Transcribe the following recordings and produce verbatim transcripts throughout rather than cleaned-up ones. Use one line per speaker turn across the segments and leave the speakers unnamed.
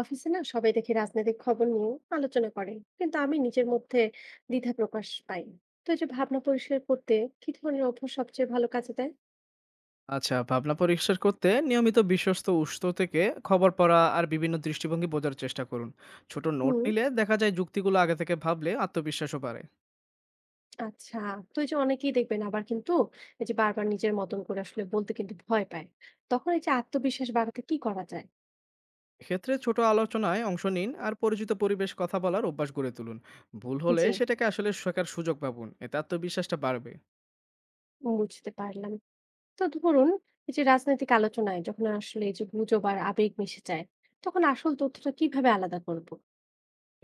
অফিসে না সবাই দেখি রাজনৈতিক খবর নিয়ে আলোচনা করে, কিন্তু আমি নিজের মধ্যে দ্বিধা প্রকাশ পাই। তো এই যে ভাবনা পরিষ্কার করতে কি ধরনের অভ্যাস সবচেয়ে ভালো কাজে দেয়?
আচ্ছা, ভাবনা পরিষ্কার করতে নিয়মিত বিশ্বস্ত উৎস থেকে খবর পড়া আর বিভিন্ন দৃষ্টিভঙ্গি বোঝার চেষ্টা করুন। ছোট নোট
হুম।
নিলে দেখা যায় যুক্তিগুলো আগে থেকে ভাবলে আত্মবিশ্বাসও বাড়ে।
আচ্ছা। তো এই যে অনেকেই দেখবেন আবার কিন্তু এই যে বারবার নিজের মতন করে আসলে বলতে কিন্তু ভয় পায়। তখন এই যে আত্মবিশ্বাস বাড়াতে কি করা যায়?
এক্ষেত্রে ছোট আলোচনায় অংশ নিন আর পরিচিত পরিবেশ কথা বলার অভ্যাস গড়ে তুলুন। ভুল হলে
জি,
সেটাকে আসলে শেখার সুযোগ ভাবুন। এতে আত্মবিশ্বাসটা বাড়বে।
বুঝতে পারলাম। তো ধরুন, এই যে রাজনৈতিক আলোচনায় যখন আসলে এই যে গুজব আর আবেগ মিশে যায়, তখন আসল তথ্যটা কিভাবে আলাদা করব?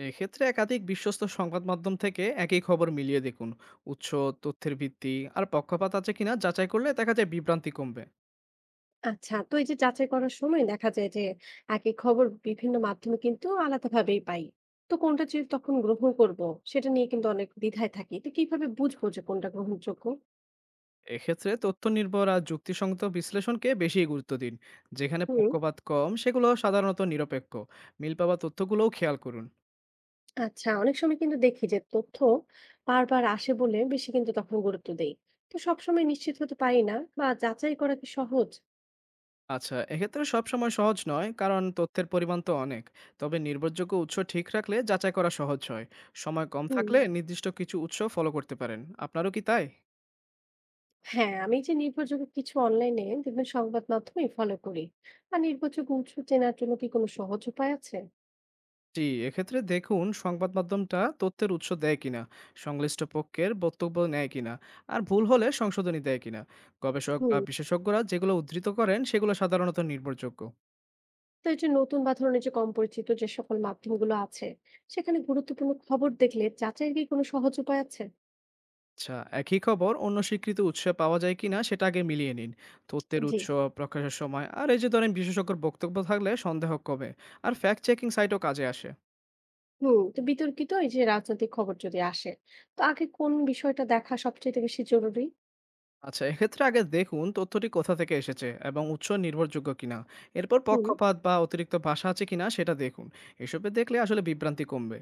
এক্ষেত্রে একাধিক বিশ্বস্ত সংবাদ মাধ্যম থেকে একই খবর মিলিয়ে দেখুন। উৎস, তথ্যের ভিত্তি আর পক্ষপাত আছে কিনা যাচাই করলে দেখা যায় বিভ্রান্তি কমবে।
আচ্ছা, তো এই যে যাচাই করার সময় দেখা যায় যে একই খবর বিভিন্ন মাধ্যমে কিন্তু আলাদাভাবেই পাই। তো কোনটা যে তখন গ্রহণ করব সেটা নিয়ে কিন্তু অনেক দ্বিধায় থাকি। তো কিভাবে বুঝবো যে কোনটা গ্রহণযোগ্য?
এক্ষেত্রে তথ্য নির্ভর আর যুক্তিসঙ্গত বিশ্লেষণকে বেশি গুরুত্ব দিন, যেখানে
হুম।
পক্ষপাত কম সেগুলো সাধারণত নিরপেক্ষ। মিল পাওয়া তথ্যগুলোও খেয়াল করুন।
আচ্ছা, অনেক সময় কিন্তু দেখি যে তথ্য বারবার আসে বলে বেশি কিন্তু তখন গুরুত্ব দেই। তো সবসময় নিশ্চিত হতে পারি না, বা যাচাই করা কি সহজ?
আচ্ছা, এক্ষেত্রে সবসময় সহজ নয়, কারণ তথ্যের পরিমাণ তো অনেক। তবে নির্ভরযোগ্য উৎস ঠিক রাখলে যাচাই করা সহজ হয়। সময় কম
হুম।
থাকলে নির্দিষ্ট কিছু উৎস ফলো করতে পারেন। আপনারও কি তাই?
হ্যাঁ, আমি যে নির্ভরযোগ্য কিছু অনলাইনে দেখবেন সংবাদ মাধ্যমে ফলো করি। আর নির্ভরযোগ্য উৎস চেনার জন্য কি কোনো সহজ উপায় আছে?
জি, এক্ষেত্রে দেখুন সংবাদ মাধ্যমটা তথ্যের উৎস দেয় কিনা, সংশ্লিষ্ট পক্ষের বক্তব্য নেয় কিনা, আর ভুল হলে সংশোধনী দেয় কিনা। গবেষক বা
হুম।
বিশেষজ্ঞরা যেগুলো উদ্ধৃত করেন সেগুলো সাধারণত নির্ভরযোগ্য।
তো এই যে নতুন বা ধরনের যে কম পরিচিত যে সকল মাধ্যমগুলো আছে, সেখানে গুরুত্বপূর্ণ খবর দেখলে যাচাইয়ের কি কোনো সহজ উপায় আছে?
আচ্ছা, একই খবর অন্য স্বীকৃত উৎসে পাওয়া যায় কিনা সেটা আগে মিলিয়ে নিন। তথ্যের
জি।
উৎস, প্রকাশের সময় আর এই যে ধরেন বিশেষজ্ঞর বক্তব্য থাকলে সন্দেহ কমে। আর ফ্যাক্ট চেকিং সাইটও কাজে আসে।
হুম। তো বিতর্কিত এই যে রাজনৈতিক খবর যদি আসে, তো আগে কোন বিষয়টা দেখা সবচেয়ে বেশি জরুরি?
আচ্ছা, এক্ষেত্রে আগে দেখুন তথ্যটি কোথা থেকে এসেছে এবং উৎস নির্ভরযোগ্য কিনা। এরপর
হুম।
পক্ষপাত বা অতিরিক্ত ভাষা আছে কিনা সেটা দেখুন। এসবে দেখলে আসলে বিভ্রান্তি কমবে।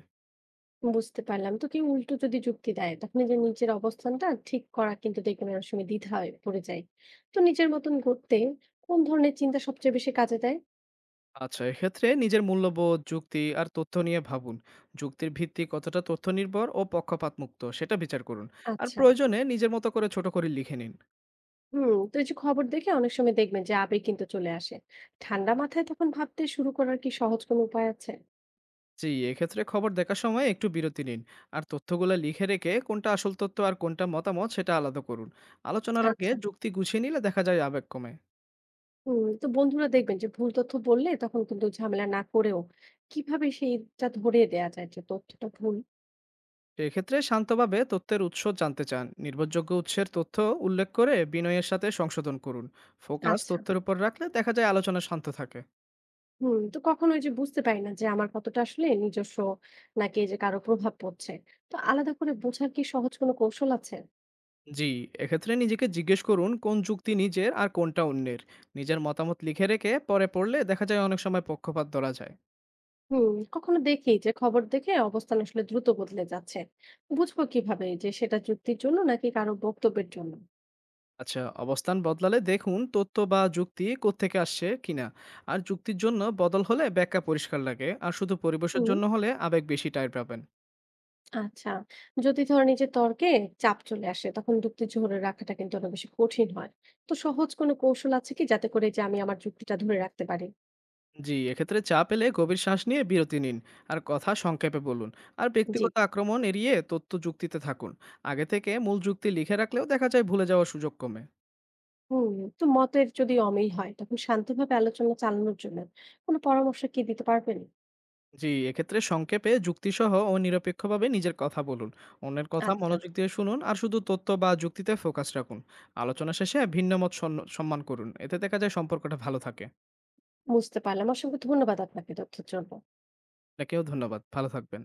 বুঝতে পারলাম। তো কেউ উল্টো যদি যুক্তি দেয়, তখন এই যে নিজের অবস্থানটা ঠিক করা কিন্তু দেখবেন অনেক সময় দ্বিধায় পড়ে যায়। তো নিজের মতন করতে কোন ধরনের চিন্তা সবচেয়ে বেশি কাজে দেয়?
আচ্ছা, এক্ষেত্রে নিজের মূল্যবোধ, যুক্তি আর তথ্য নিয়ে ভাবুন। যুক্তির ভিত্তি কতটা তথ্য নির্ভর ও পক্ষপাত মুক্ত সেটা বিচার করুন। আর
আচ্ছা।
প্রয়োজনে নিজের মতো করে ছোট করে লিখে নিন।
হুম। তো এই যে খবর দেখে অনেক সময় দেখবেন যে আবেগ কিন্তু চলে আসে। ঠান্ডা মাথায় তখন ভাবতে শুরু করার কি সহজ কোনো উপায় আছে?
জি, এক্ষেত্রে খবর দেখার সময় একটু বিরতি নিন। আর তথ্যগুলো লিখে রেখে কোনটা আসল তথ্য আর কোনটা মতামত সেটা আলাদা করুন। আলোচনার আগে
আচ্ছা।
যুক্তি গুছিয়ে নিলে দেখা যায় আবেগ কমে।
হুম। তো বন্ধুরা দেখবেন যে ভুল তথ্য বললে, তখন কিন্তু ঝামেলা না করেও কিভাবে সেইটা ধরে দেয়া যায় যে তথ্যটা ভুল?
এক্ষেত্রে শান্তভাবে তথ্যের উৎস জানতে চান, নির্ভরযোগ্য উৎসের তথ্য উল্লেখ করে বিনয়ের সাথে সংশোধন করুন। ফোকাস
আচ্ছা।
তথ্যের উপর রাখলে দেখা যায় আলোচনা শান্ত থাকে।
হুম। তো কখনো ওই যে বুঝতে পারি না যে আমার কতটা আসলে নিজস্ব, নাকি এই যে কারো প্রভাব পড়ছে। তো আলাদা করে বোঝার কি সহজ কোনো কৌশল আছে?
জি, এক্ষেত্রে নিজেকে জিজ্ঞেস করুন কোন যুক্তি নিজের আর কোনটা অন্যের। নিজের মতামত লিখে রেখে পরে পড়লে দেখা যায় অনেক সময় পক্ষপাত ধরা যায়।
হুম, কখনো দেখি যে খবর দেখে অবস্থান আসলে দ্রুত বদলে যাচ্ছে। বুঝবো কিভাবে যে সেটা যুক্তির জন্য নাকি কারো বক্তব্যের জন্য?
আচ্ছা, অবস্থান বদলালে দেখুন তথ্য বা যুক্তি কোত্থেকে আসছে কিনা। আর যুক্তির জন্য বদল হলে ব্যাখ্যা পরিষ্কার লাগে, আর শুধু পরিবেশের
হুম।
জন্য হলে আবেগ বেশি টাইট পাবেন।
আচ্ছা। যদি ধরেন এই যে তর্কে চাপ চলে আসে, তখন যুক্তি ধরে রাখাটা কিন্তু অনেক বেশি কঠিন হয়। তো সহজ কোনো কৌশল আছে কি যাতে করে যে আমি আমার যুক্তিটা ধরে রাখতে পারি?
জি, এক্ষেত্রে চাপ এলে গভীর শ্বাস নিয়ে বিরতি নিন আর কথা সংক্ষেপে বলুন। আর
জি।
ব্যক্তিগত আক্রমণ এড়িয়ে তথ্য যুক্তিতে থাকুন। আগে থেকে মূল যুক্তি লিখে রাখলেও দেখা যায় ভুলে যাওয়ার সুযোগ কমে।
হুম। তো মতের যদি অমিল হয়, তখন শান্তভাবে আলোচনা চালানোর জন্য কোনো পরামর্শ কি দিতে পারবেন?
জি, এক্ষেত্রে সংক্ষেপে যুক্তিসহ ও নিরপেক্ষভাবে নিজের কথা বলুন। অন্যের কথা
আচ্ছা।
মনোযোগ দিয়ে শুনুন আর শুধু তথ্য বা যুক্তিতে ফোকাস রাখুন। আলোচনা শেষে ভিন্ন মত সন্ন- সম্মান করুন, এতে দেখা যায় সম্পর্কটা ভালো থাকে।
বুঝতে পারলাম। অসংখ্য ধন্যবাদ আপনাকে তথ্যের জন্য।
আপনাকেও ধন্যবাদ, ভালো থাকবেন।